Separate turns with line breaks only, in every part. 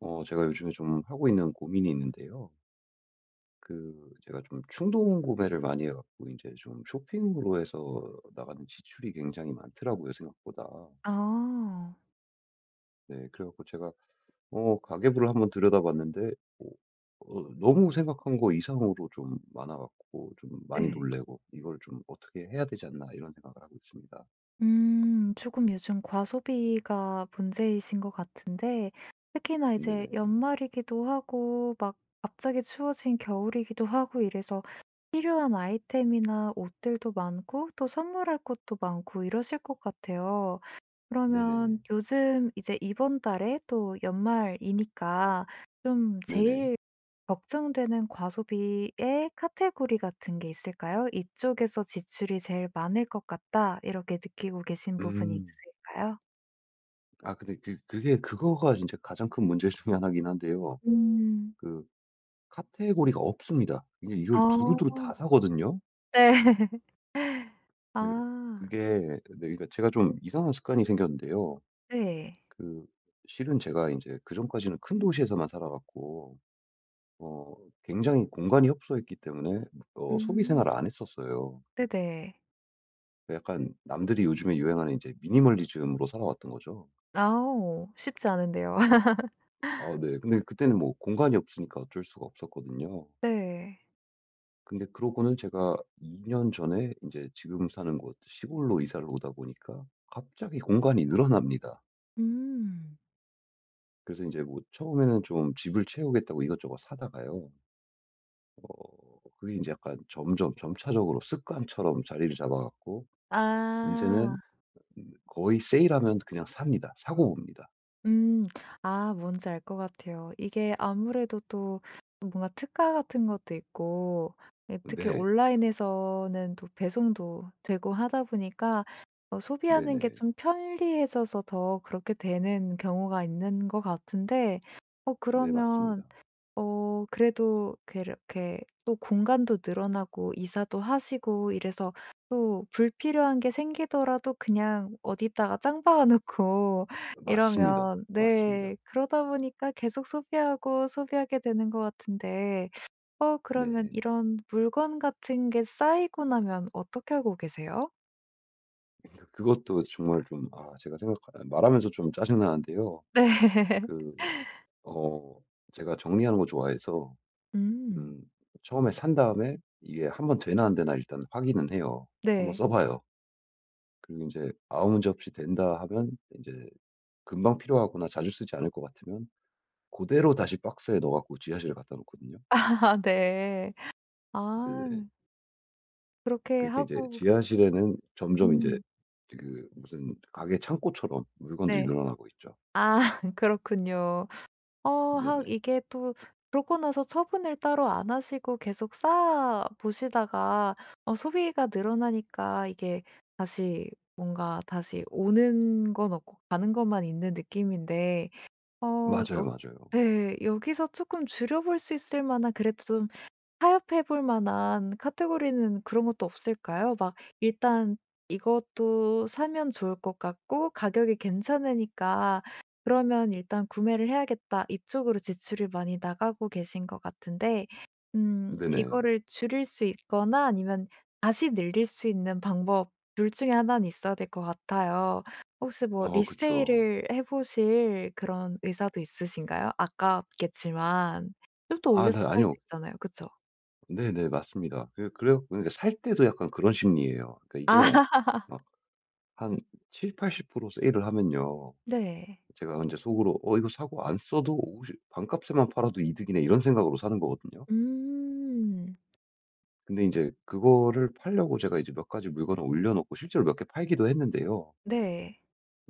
제가 요즘에 좀 하고 있는 고민이 있는데요. 제가 좀 충동 구매를 많이 해갖고, 이제 좀 쇼핑으로 해서 나가는 지출이 굉장히 많더라고요, 생각보다.
아.
네, 그래갖고 제가 가계부를 한번 들여다봤는데, 어, 너무 생각한 거 이상으로 좀 많아갖고, 좀 많이
네,
놀래고, 이걸 좀 어떻게 해야 되지 않나, 이런 생각을 하고 있습니다.
조금 요즘 과소비가 문제이신 것 같은데 특히나 이제
네네,
연말이기도 하고 막 갑자기 추워진 겨울이기도 하고 이래서 필요한 아이템이나 옷들도 많고 또 선물할 것도 많고 이러실 것 같아요. 그러면
네네,
요즘 이제 이번 달에 또 연말이니까 좀
네네.
제일 걱정되는 과소비의 카테고리 같은 게 있을까요? '이쪽에서 지출이 제일 많을 것 같다.' 이렇게 느끼고 계신 부분이
음,
있으실까요?
아, 근데 그거가 진짜 가장 큰 문제 중에 하나긴 한데요.
음.
그, 카테고리가 없습니다. 이게 이걸 두루두루 다
어
사거든요.
네.
그
아
그게 네, 그러니까 제가 좀 이상한 습관이 생겼는데요.
네.
그 실은 제가 이제 그전까지는 큰 도시에서만 살아 갔고, 어 굉장히 공간이 협소했기 때문에 소비
음
생활을 안 했었어요.
네네.
그 약간 남들이 요즘에 유행하는 이제 미니멀리즘으로 살아왔던 거죠.
아오 쉽지 않은데요.
아, 네. 근데 그때는 뭐 공간이 없으니까 어쩔 수가 없었거든요.
네.
근데 그러고는 제가 2년 전에 이제 지금 사는 곳 시골로 이사를 오다 보니까 갑자기 공간이 늘어납니다.
음.
그래서 이제 뭐 처음에는 좀 집을 채우겠다고 이것저것 사다가요. 그게 이제 약간 점점 점차적으로 습관처럼 자리를 잡아 갖고 이제
아.
는 거의 세일하면 그냥 삽니다. 사고 봅니다.
음. 아 뭔지 알 것 같아요. 이게 아무래도 또 뭔가 특가 같은 것도 있고 예 특히
네.
온라인에서는 또 배송도 되고 하다 보니까 소비하는 게
네네.
좀 편리해져서 더 그렇게 되는 경우가 있는 것 같은데
네,
그러면
맞습니다.
그래도 그렇게 또 공간도 늘어나고 이사도 하시고 이래서 또 불필요한 게 생기더라도 그냥 어디다가 짱 박아 놓고
맞습니다.
이러면
맞습니다.
네 그러다 보니까 계속 소비하고 소비하게 되는 것 같은데 그러면
네.
이런 물건 같은 게 쌓이고 나면 어떻게 하고 계세요?
그러니까 그것도 정말 좀, 아 제가 생각 말하면서 좀 짜증 나는데요.
네.
그 어 제가 정리하는 거 좋아해서
음.
음 처음에 산 다음에 이게 한번 되나 안 되나 일단 확인은 해요. 한번
네.
써 봐요. 그리고 이제 아무 문제 없이 된다 하면 이제 금방 필요하거나 자주 쓰지 않을 것 같으면 그대로 다시 박스에 넣어 갖고 지하실에 갖다 놓거든요.
아 네. 아
네네.
그렇게
그러니까 이제
하고
지하실에는 점점 이제
음
그 무슨 가게 창고처럼 물건들이
네.
늘어나고 있죠.
아 그렇군요. 어 하
네네.
이게 또 그러고 나서 처분을 따로 안 하시고 계속 쌓아 보시다가 소비가 늘어나니까 이게 다시 뭔가 다시 오는 건 없고 가는 것만 있는 느낌인데 어
맞아요,
여
맞아요.
네. 여기서 조금 줄여 볼 수 있을 만한 그래도 좀 타협해 볼 만한 카테고리는 그런 것도 없을까요? 막 일단 이것도 사면 좋을 것 같고 가격이 괜찮으니까 그러면 일단 구매를 해야겠다. 이쪽으로 지출이 많이 나가고 계신 것 같은데
네네.
이거를 줄일 수 있거나 아니면 다시 늘릴 수 있는 방법 둘 중에 하나는 있어야 될 것 같아요. 혹시 뭐
아, 그쵸.
리세일을 해 보실 그런 의사도 있으신가요? 아깝겠지만 좀 더
아, 네.
올려서 팔 수
아니요.
있잖아요. 그쵸?
네네. 맞습니다. 그 그래 고 그러니까 살 때도 약간 그런 심리예요. 그러니까
아
이게 막 한 70-80% 세일을 하면요.
네.
제가 이제 속으로 이거 사고 안 써도 오십 반값에만 팔아도 이득이네.' 이런 생각으로 사는 거거든요.
음.
근데 이제 그거를 팔려고 제가 이제 몇 가지 물건을 올려 놓고 실제로 몇 개 팔기도 했는데요.
네.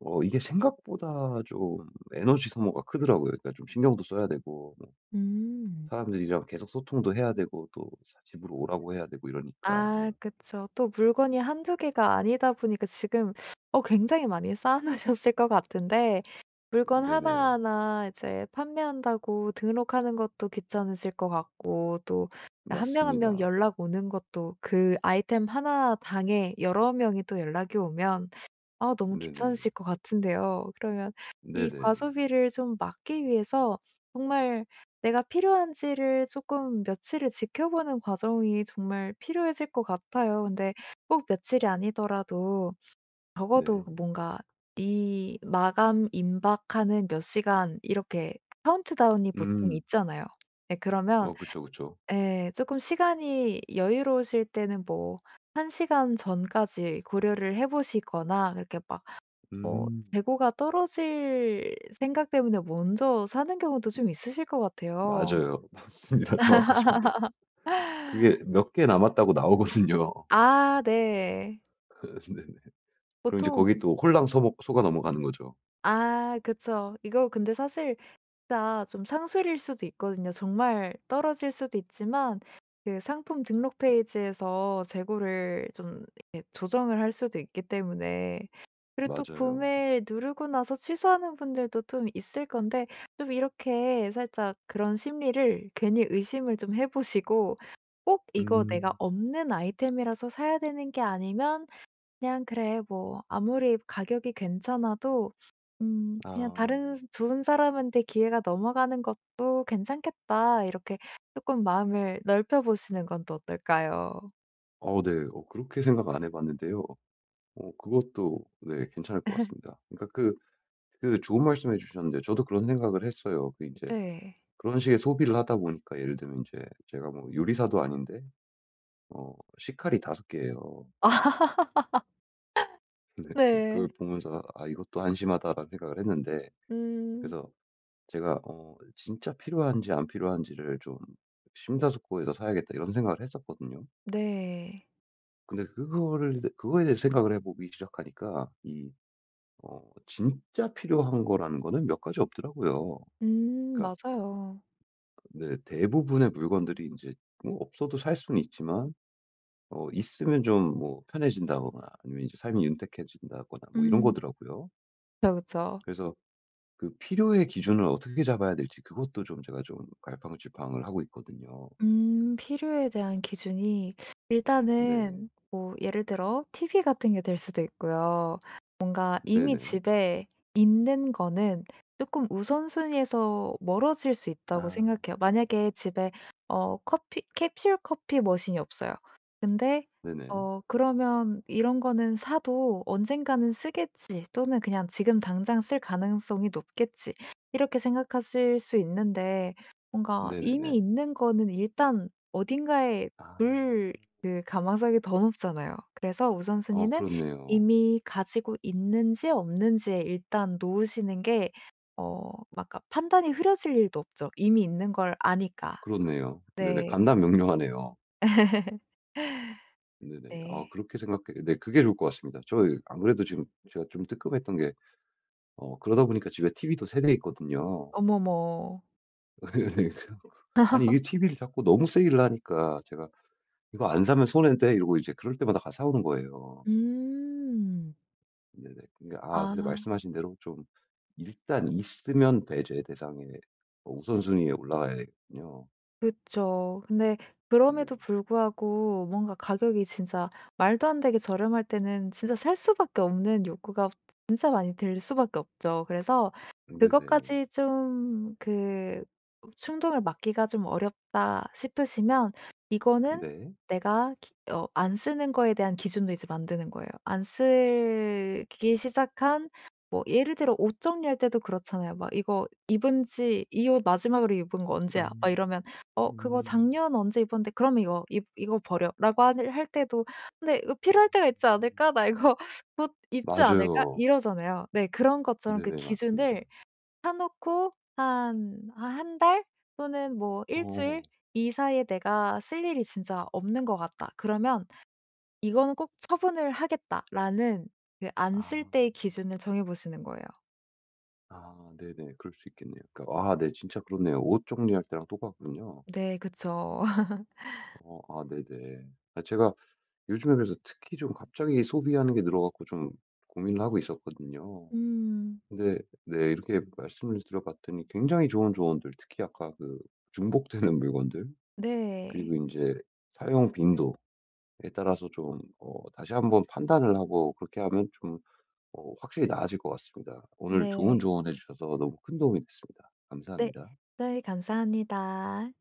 이게 생각보다 좀 에너지 소모가 크더라고요. 그러니까 좀 신경도 써야 되고, 뭐
음.
사람들이랑 계속 소통도 해야 되고, 또 사 집으로 오라고 해야 되고 이러니까.
아 그쵸. 또 물건이 한두 개가 아니다 보니까 지금 굉장히 많이 쌓아 놓으셨을 것 같은데 물건
네네.
하나하나 이제 판매한다고 등록하는 것도 귀찮으실 것 같고 또 한 명 한 명
맞습니다.
연락 오는 것도 그 아이템 하나 당에 여러 명이 또 연락이 오면 아 너무
네네.
귀찮으실 것 같은데요. 그러면 이
네네.
과소비를 좀 막기 위해서 정말 내가 필요한지를 조금 며칠을 지켜보는 과정이 정말 필요해질 것 같아요. 근데 꼭 며칠이 아니더라도 적어도
네.
뭔가 이 마감 임박하는 몇 시간 이렇게 카운트다운이 보통
음.
있잖아요. 네, 그러면
어, 그쵸, 그쵸.
예금 시간이 여유로우실 때는 뭐 한 시간 전까지 고려를 해 보시거나 그렇게 막 어
음.
재고가 떨어질 생각 때문에 먼저 사는 경우도 좀 있으실 것 같아요.
맞아요. 맞습니다. 정확하십니다. 그게 몇 개 남았다고 나오거든요.
아 네.
네네. 그럼 이제 거기
보통
또 홀랑 서먹 속아 넘어가는 거죠.
아 그쵸. 이거 근데 사실 진짜 좀 상술일 수도 있거든요. 정말 떨어질 수도 있지만 그 상품 등록 페이지에서 재고를 좀 이렇게 조정을 할 수도 있기 때문에 그리고 또
맞아요.
구매를 누르고 나서 취소하는 분들도 좀 있을 건데 좀 이렇게 살짝 그런 심리를 괜히 의심을 좀 해 보시고 '꼭 이거 내가
음.
없는 아이템이라서 사야 되는 게 아니면 그냥 '그래 뭐 아무리 가격이 괜찮아도 그냥
아.
다른 좋은 사람한테 기회가 넘어가는 것도 괜찮겠다.' 이렇게 조금 마음을 넓혀 보시는 건 또 어떨까요?
어, 네. 그렇게 생각 안 해 봤는데요. 그것도 네, 괜찮을 것 같습니다. 좋은 말씀 해 주셨는데 저도 그런 생각을 했어요. 그 이제
네.
그런 식의 소비를 하다 보니까 예를 들면 이제 제가 뭐 요리사도 아닌데, 어 식칼이 다섯 개예요.
아,
근데
네.
그걸 보면서 '아, 이것도 한심하다.'라는 생각을 했는데,
음.
그래서 제가 '진짜 필요한지 안 필요한지를 좀 심사숙고해서 사야겠다.' 이런 생각을 했었거든요.
네.
근데 그거를 그거에 대해서 생각을 해 보기 시작하니까 이 어 진짜 필요한 거라는 거는 몇 가지 없더라고요. 그러니까
맞아요.
네, 대부분의 물건들이 이제 뭐 없어도 살 수는 있지만 있으면 좀 뭐 편해진다거나 아니면 이제 삶이 윤택해진다거나 뭐 이런
음.
거더라고요.
그쵸, 그쵸.
그래서 그 필요의 기준을 어떻게 잡아야 될지 그것도 좀 제가 좀 갈팡질팡을 하고 있거든요.
필요에 대한 기준이
네.
일단은 뭐 예를 들어 TV 같은 게 될 수도 있고요. 뭔가 이미
네네.
집에 있는 거는 조금 우선순위에서 멀어질 수 있다고
아.
생각해요. 만약에 집에 어 커피 캡슐 커피 머신이 없어요. 근데
네네.
그러면 '이런 거는 사도 언젠가는 쓰겠지.' 또는 그냥 '지금 당장 쓸 가능성이 높겠지.' 이렇게 생각하실 수 있는데 뭔가 이미
네네네.
있는 거는 일단 어딘가에
아.
둘 그 가망성이 더 높잖아요. 그래서
어,
우선순위는
그렇네요.
이미 가지고 있는지 없는지에 일단 놓으시는 게 막 아까 판단이 흐려질 일도 없죠. 이미 있는 걸 아니까.
그렇네요. 네네.
네.
간단 명료하네요. 네네. 아
네.
그렇게 생각해 네, 그게 좋을 것 같습니다. 저 안 그래도 지금 제가 좀 뜨끔했던 게 그러다 보니까 집에 TV도 3대 있거든요.
어머머.
네네. 아니 이게 TV를 자꾸 너무 세일을 하니까 제가 "이거 안 사면 손해인데." 이러고 이제 그럴 때마다 가서 사 오는 거예요.
음.
네네.
아.
근데 말씀하신 대로 좀 일단 있으면 배제 대상에 어 우선순위에 올라가야 되거든요.
그쵸. 근데
네네.
그럼에도 불구하고 뭔가 가격이 진짜 말도 안 되게 저렴할 때는 진짜 살 수밖에 없는 욕구가 진짜 많이 들 수밖에 없죠. 그래서
네네.
그것까지 좀 그 충동을 막기가 좀 어렵다 싶으시면 이거는
네.
내가 기 어 안 쓰는 거에 대한 기준도 이제 만드는 거예요. 안 쓰기 시작한 뭐 예를 들어 옷 정리할 때도 그렇잖아요. 막 "이거 입은 지 이 옷 마지막으로 입은 거 언제야?" 막 이러면
음.
"어 그거
음.
작년 언제 입었는데 그러면 이거 버려."라고 할 때도 '근데 이거
아.
필요할 때가 있지 않을까? 나 이거 곧 입지 않을까?'
맞아요.
이러잖아요. 네 그런 것처럼 그
네네. 맞습니다.
기준을 사 놓고 한 달 또는 뭐 일 주일
어.
이 사이에 '내가 쓸 일이 진짜 없는 것 같다.' 그러면 '이거는 꼭 처분을 하겠다.'라는 그 안 쓸
아.
때의 기준을 정해 보시는 거예요.
아, 네네. 그럴 수 있겠네요. 네, 진짜 그렇네요. 옷 정리할 때랑 똑같군요.
네 그쵸.
네네. 아, 제가 요즘에 그래서 특히 좀 갑자기 소비하는 게 늘어 갖고 좀 고민을 하고 있었거든요.
음.
근데 네, 이렇게 말씀을 들어봤더니 굉장히 좋은 조언들, 특히 아까 그 중복되는 물건들,
네.
그리고 이제 사용 빈도에 따라서 좀 다시 한번 판단을 하고 그렇게 하면 좀 확실히 나아질 것 같습니다. 오늘 좋은
네.
조언해 주셔서 너무 큰 도움이 됐습니다.
네.
감사합니다.
네 감사합니다.